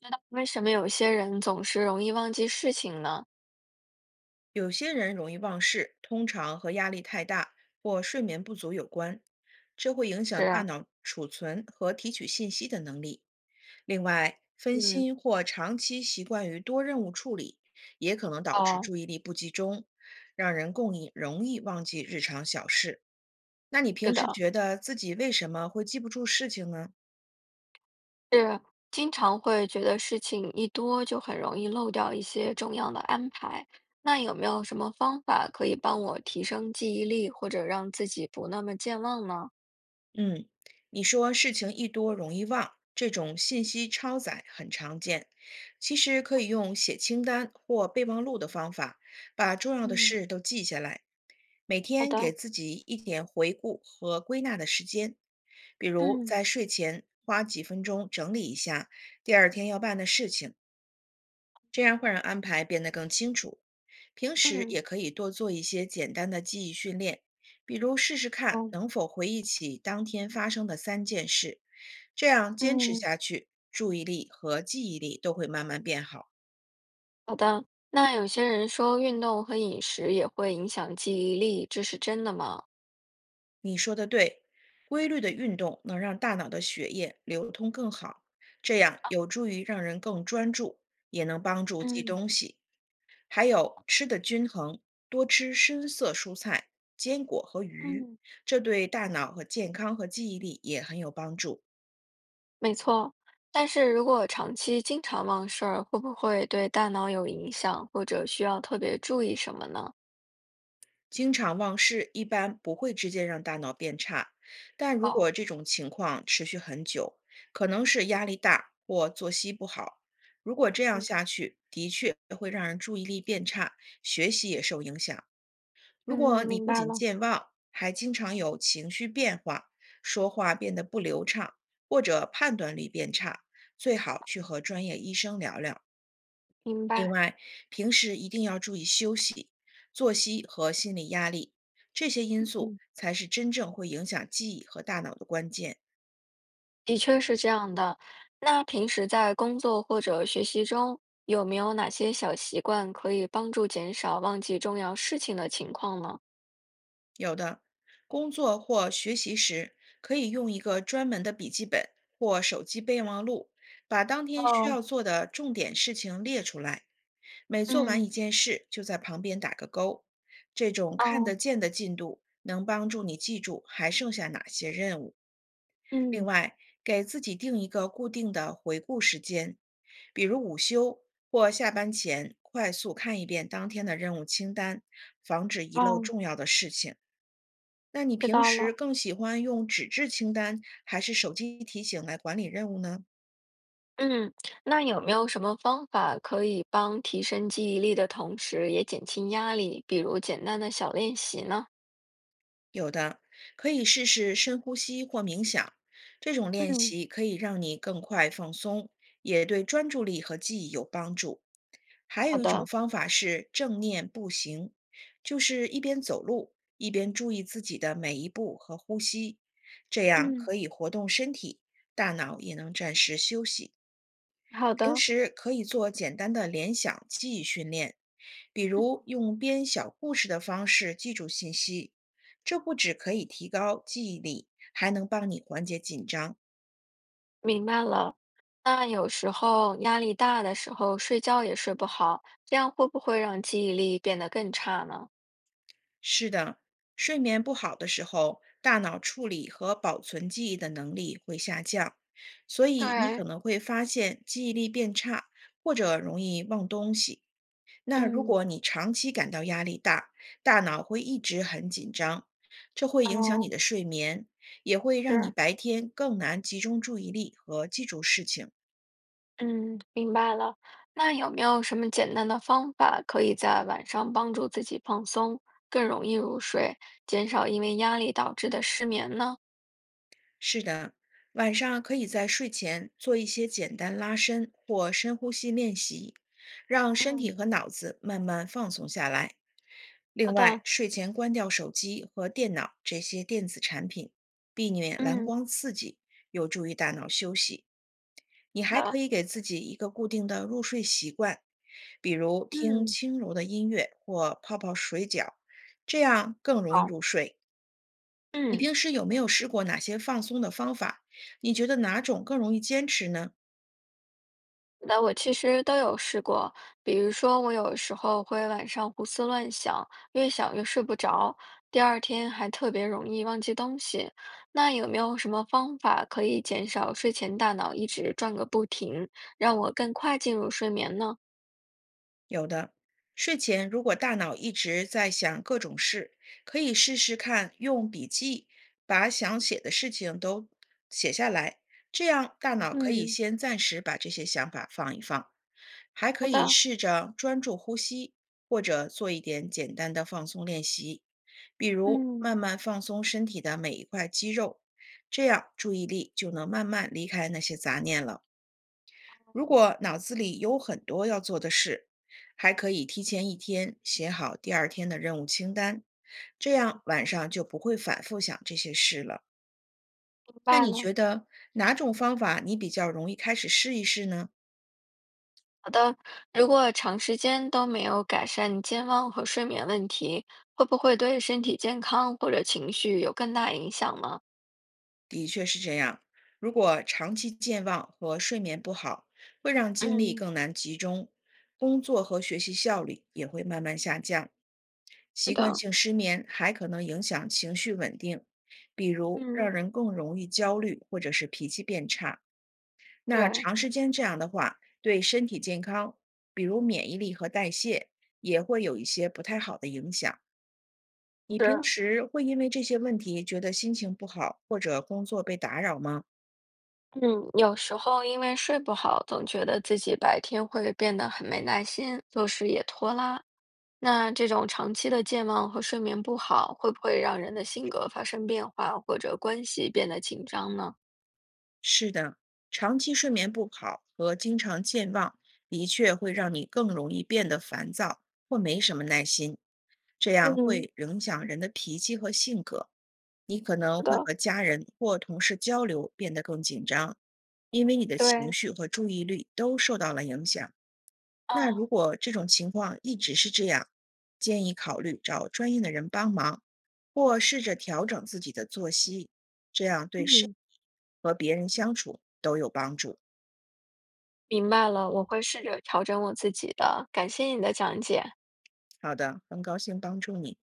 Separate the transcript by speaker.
Speaker 1: 那为什么有些人总是容易忘记事情呢？
Speaker 2: 有些人容易忘事，通常和压力太大或睡眠不足有关，这会影响大
Speaker 1: 是。
Speaker 2: 脑储存和提取信息的能力。另外，分
Speaker 1: 嗯。
Speaker 2: 心或长期习惯于多任务处理，也可能导致
Speaker 1: 哦。
Speaker 2: 注意力不集中，让人更易容易忘记日常小事。那你
Speaker 1: 是
Speaker 2: 平时
Speaker 1: 的，
Speaker 2: 觉得自己为什么会记不住事情呢？
Speaker 1: 是经常会觉得事情一多就很容易漏掉一些重要的安排。那有没有什么方法可以帮我提升记忆力，或者让自己不那么健忘呢？
Speaker 2: 嗯，你说事情一多容易忘，这种信息超载很常见。其实可以用写清单或备忘录的方法，把重要的
Speaker 1: 嗯。
Speaker 2: 事都记下来。每
Speaker 1: 好
Speaker 2: 天给
Speaker 1: 的。
Speaker 2: 自己一点回顾和归纳的时间，比如
Speaker 1: 嗯
Speaker 2: 在睡前花几分钟整理一下第二天要办的事情，这样会让安排变得更清楚。平时也
Speaker 1: 嗯
Speaker 2: 可以多做一些简单的记忆训练，比如试试看
Speaker 1: 哦，
Speaker 2: 能否回忆起当天发生的3件事。这样坚持
Speaker 1: 嗯。
Speaker 2: 下去，注意力和记忆力都会慢慢变好。
Speaker 1: 好的。那有些人说运动和饮食也会影响记忆力，这是真的吗？
Speaker 2: 你说的对，规律的运动能让大脑的血液流通更好，这样有助于让人更专注，也能帮助记
Speaker 1: 嗯。
Speaker 2: 东西。还有吃的均衡，多吃深色蔬菜、坚果和鱼，
Speaker 1: 嗯。
Speaker 2: 这对大脑和健康和记忆力也很有帮助。
Speaker 1: 没错，但是如果长期经常忘事儿，会不会对大脑有影响，或者需要特别注意什么呢？
Speaker 2: 经常忘事一般不会直接让大脑变差，但如果
Speaker 1: 哦。
Speaker 2: 这种情况持续很久，可能是压力大或作息不好。如果这样
Speaker 1: 嗯
Speaker 2: 下去，的确会让人注意力变差，学习也受影响。如果
Speaker 1: 嗯，
Speaker 2: 你
Speaker 1: 明
Speaker 2: 不
Speaker 1: 白
Speaker 2: 仅
Speaker 1: 了。
Speaker 2: 健忘，还经常有情绪变化，说话变得不流畅，或者判断力变差，最好去和专业医生聊聊。
Speaker 1: 明
Speaker 2: 另
Speaker 1: 白。
Speaker 2: 外，平时一定要注意休息、作息和心理压力，这些因素
Speaker 1: 嗯，
Speaker 2: 才是真正会影响记忆和大脑的关键。
Speaker 1: 的确是这样的。那平时在工作或者学习中，有没有哪些小习惯可以帮助减少忘记重要事情的情况呢？
Speaker 2: 有的，工作或学习时可以用一个专门的笔记本或手机备忘录，把当天需
Speaker 1: 哦。
Speaker 2: 要做的重点事情列出来。每做完一
Speaker 1: 嗯。
Speaker 2: 件事，就在旁边打个勾。这种看得
Speaker 1: 哦。
Speaker 2: 见的进度能帮助你记住还剩下哪些任务。另
Speaker 1: 嗯。
Speaker 2: 外，给自己定一个固定的回顾时间，比如午休或下班前，快速看一遍当天的任务清单，防止遗漏
Speaker 1: 哦，
Speaker 2: 重要的事情。那你
Speaker 1: 知
Speaker 2: 平
Speaker 1: 道
Speaker 2: 时
Speaker 1: 了。
Speaker 2: 更喜欢用纸质清单还是手机提醒来管理任务呢？
Speaker 1: 嗯。那有没有什么方法可以帮提升记忆力的同时，也减轻压力，比如简单的小练习呢？
Speaker 2: 有的，可以试试深呼吸或冥想，这种练
Speaker 1: 嗯。
Speaker 2: 习可以让你更快放松，也对专注力和记忆有帮助。还
Speaker 1: 好
Speaker 2: 有一种
Speaker 1: 的。
Speaker 2: 方法是正念步行，就是一边走路一边注意自己的每一步和呼吸，这样
Speaker 1: 嗯。
Speaker 2: 可以活动身体，大脑也能暂时休息。
Speaker 1: 好
Speaker 2: 平
Speaker 1: 的。
Speaker 2: 时可以做简单的联想记忆训练，比
Speaker 1: 嗯，
Speaker 2: 如用编小故事的方式记住信息。这不只可以提高记忆力，还能帮你缓解紧张。
Speaker 1: 明白了。那有时候压力大的时候，睡觉也睡不好，这样会不会让记忆力变得更差呢？
Speaker 2: 是的，睡眠不好的时候，大脑处理和保存记忆的能力会下降，所以你
Speaker 1: 对。
Speaker 2: 可能会发现记忆力变差，或者容易忘东西。那如
Speaker 1: 嗯。
Speaker 2: 果你长期感到压力大，大脑会一直很紧张，这会影响你
Speaker 1: 哦。
Speaker 2: 的睡眠，也会让你
Speaker 1: 是。
Speaker 2: 白天更难集中注意力和记住事情。
Speaker 1: 嗯，明白了。那有没有什么简单的方法可以在晚上帮助自己放松，更容易入睡，减少因为压力导致的失眠呢？
Speaker 2: 是的，晚上可以在睡前做一些简单拉伸或深呼吸练习，让身体
Speaker 1: 嗯。
Speaker 2: 和脑子慢慢放松下来。
Speaker 1: 好
Speaker 2: 另外，
Speaker 1: 的。
Speaker 2: 睡前关掉手机和电脑这些电子产品，避免蓝
Speaker 1: 嗯。
Speaker 2: 光刺激，有助于大脑休息。你还
Speaker 1: 好
Speaker 2: 可
Speaker 1: 的。
Speaker 2: 以给自己一个固定的入睡习惯，比如听
Speaker 1: 嗯。
Speaker 2: 轻柔的音乐或泡泡水饺，这样更容易
Speaker 1: 好。
Speaker 2: 入睡。你
Speaker 1: 嗯。
Speaker 2: 平时有没有试过哪些放松的方法？你觉得哪种更容易坚持呢？
Speaker 1: 那我其实都有试过，比如说我有时候会晚上胡思乱想，越想越睡不着，第二天还特别容易忘记东西。那有没有什么方法可以减少睡前大脑一直转个不停，让我更快进入睡眠呢？
Speaker 2: 有的，睡前如果大脑一直在想各种事，可以试试看用笔记把想写的事情都写下来，这样大脑可以
Speaker 1: 嗯。
Speaker 2: 先暂时把这些想法放一放。还可
Speaker 1: 好
Speaker 2: 以
Speaker 1: 的。
Speaker 2: 试着专注呼吸，或者做一点简单的放松练习，比如
Speaker 1: 嗯，
Speaker 2: 慢慢放松身体的每一块肌肉，这样注意力就能慢慢离开那些杂念了。如果脑子里有很多要做的事，还可以提前一天写好第二天的任务清单，这样晚上就不会反复想这些事了。
Speaker 1: 明
Speaker 2: 那
Speaker 1: 白
Speaker 2: 你
Speaker 1: 了。
Speaker 2: 觉得哪种方法你比较容易开始试一试呢？
Speaker 1: 好的。如果长时间都没有改善健忘和睡眠问题，会不会对身体健康或者情绪有更大影响呢？
Speaker 2: 的确是这样。如果长期健忘和睡眠不好，会让精力
Speaker 1: 嗯。
Speaker 2: 更难集中，工作和学习效率也会慢慢下降。
Speaker 1: 是
Speaker 2: 习惯
Speaker 1: 的。
Speaker 2: 性失眠还可能影响情绪稳定，比如让
Speaker 1: 嗯。
Speaker 2: 人更容易焦虑或者是脾气变差。那
Speaker 1: 对。
Speaker 2: 长时间这样的话，对身体健康，比如免疫力和代谢，也会有一些不太好的影响。你平
Speaker 1: 是。
Speaker 2: 时会因为这些问题觉得心情不好或者工作被打扰吗？
Speaker 1: 嗯，有时候因为睡不好，总觉得自己白天会变得很没耐心，做事也拖拉。那这种长期的健忘和睡眠不好，会不会让人的性格发生变化，或者关系变得紧张呢？
Speaker 2: 是的，长期睡眠不好和经常健忘，的确会让你更容易变得烦躁或没什么耐心，这样
Speaker 1: 嗯。
Speaker 2: 会影响人的脾气和性格。你可能
Speaker 1: 是
Speaker 2: 会
Speaker 1: 的。
Speaker 2: 和家人或同事交流变得更紧张，因为你的情
Speaker 1: 对。
Speaker 2: 绪和注意力都受到了影响。那如
Speaker 1: 哦。
Speaker 2: 果这种情况一直是这样，建议考虑找专业的人帮忙，或试着调整自己的作息，这样对身
Speaker 1: 嗯，
Speaker 2: 体和别人相处都有帮助。
Speaker 1: 明白了，我会试着调整我自己的。感谢你的讲解。
Speaker 2: 好的，很高兴帮助你。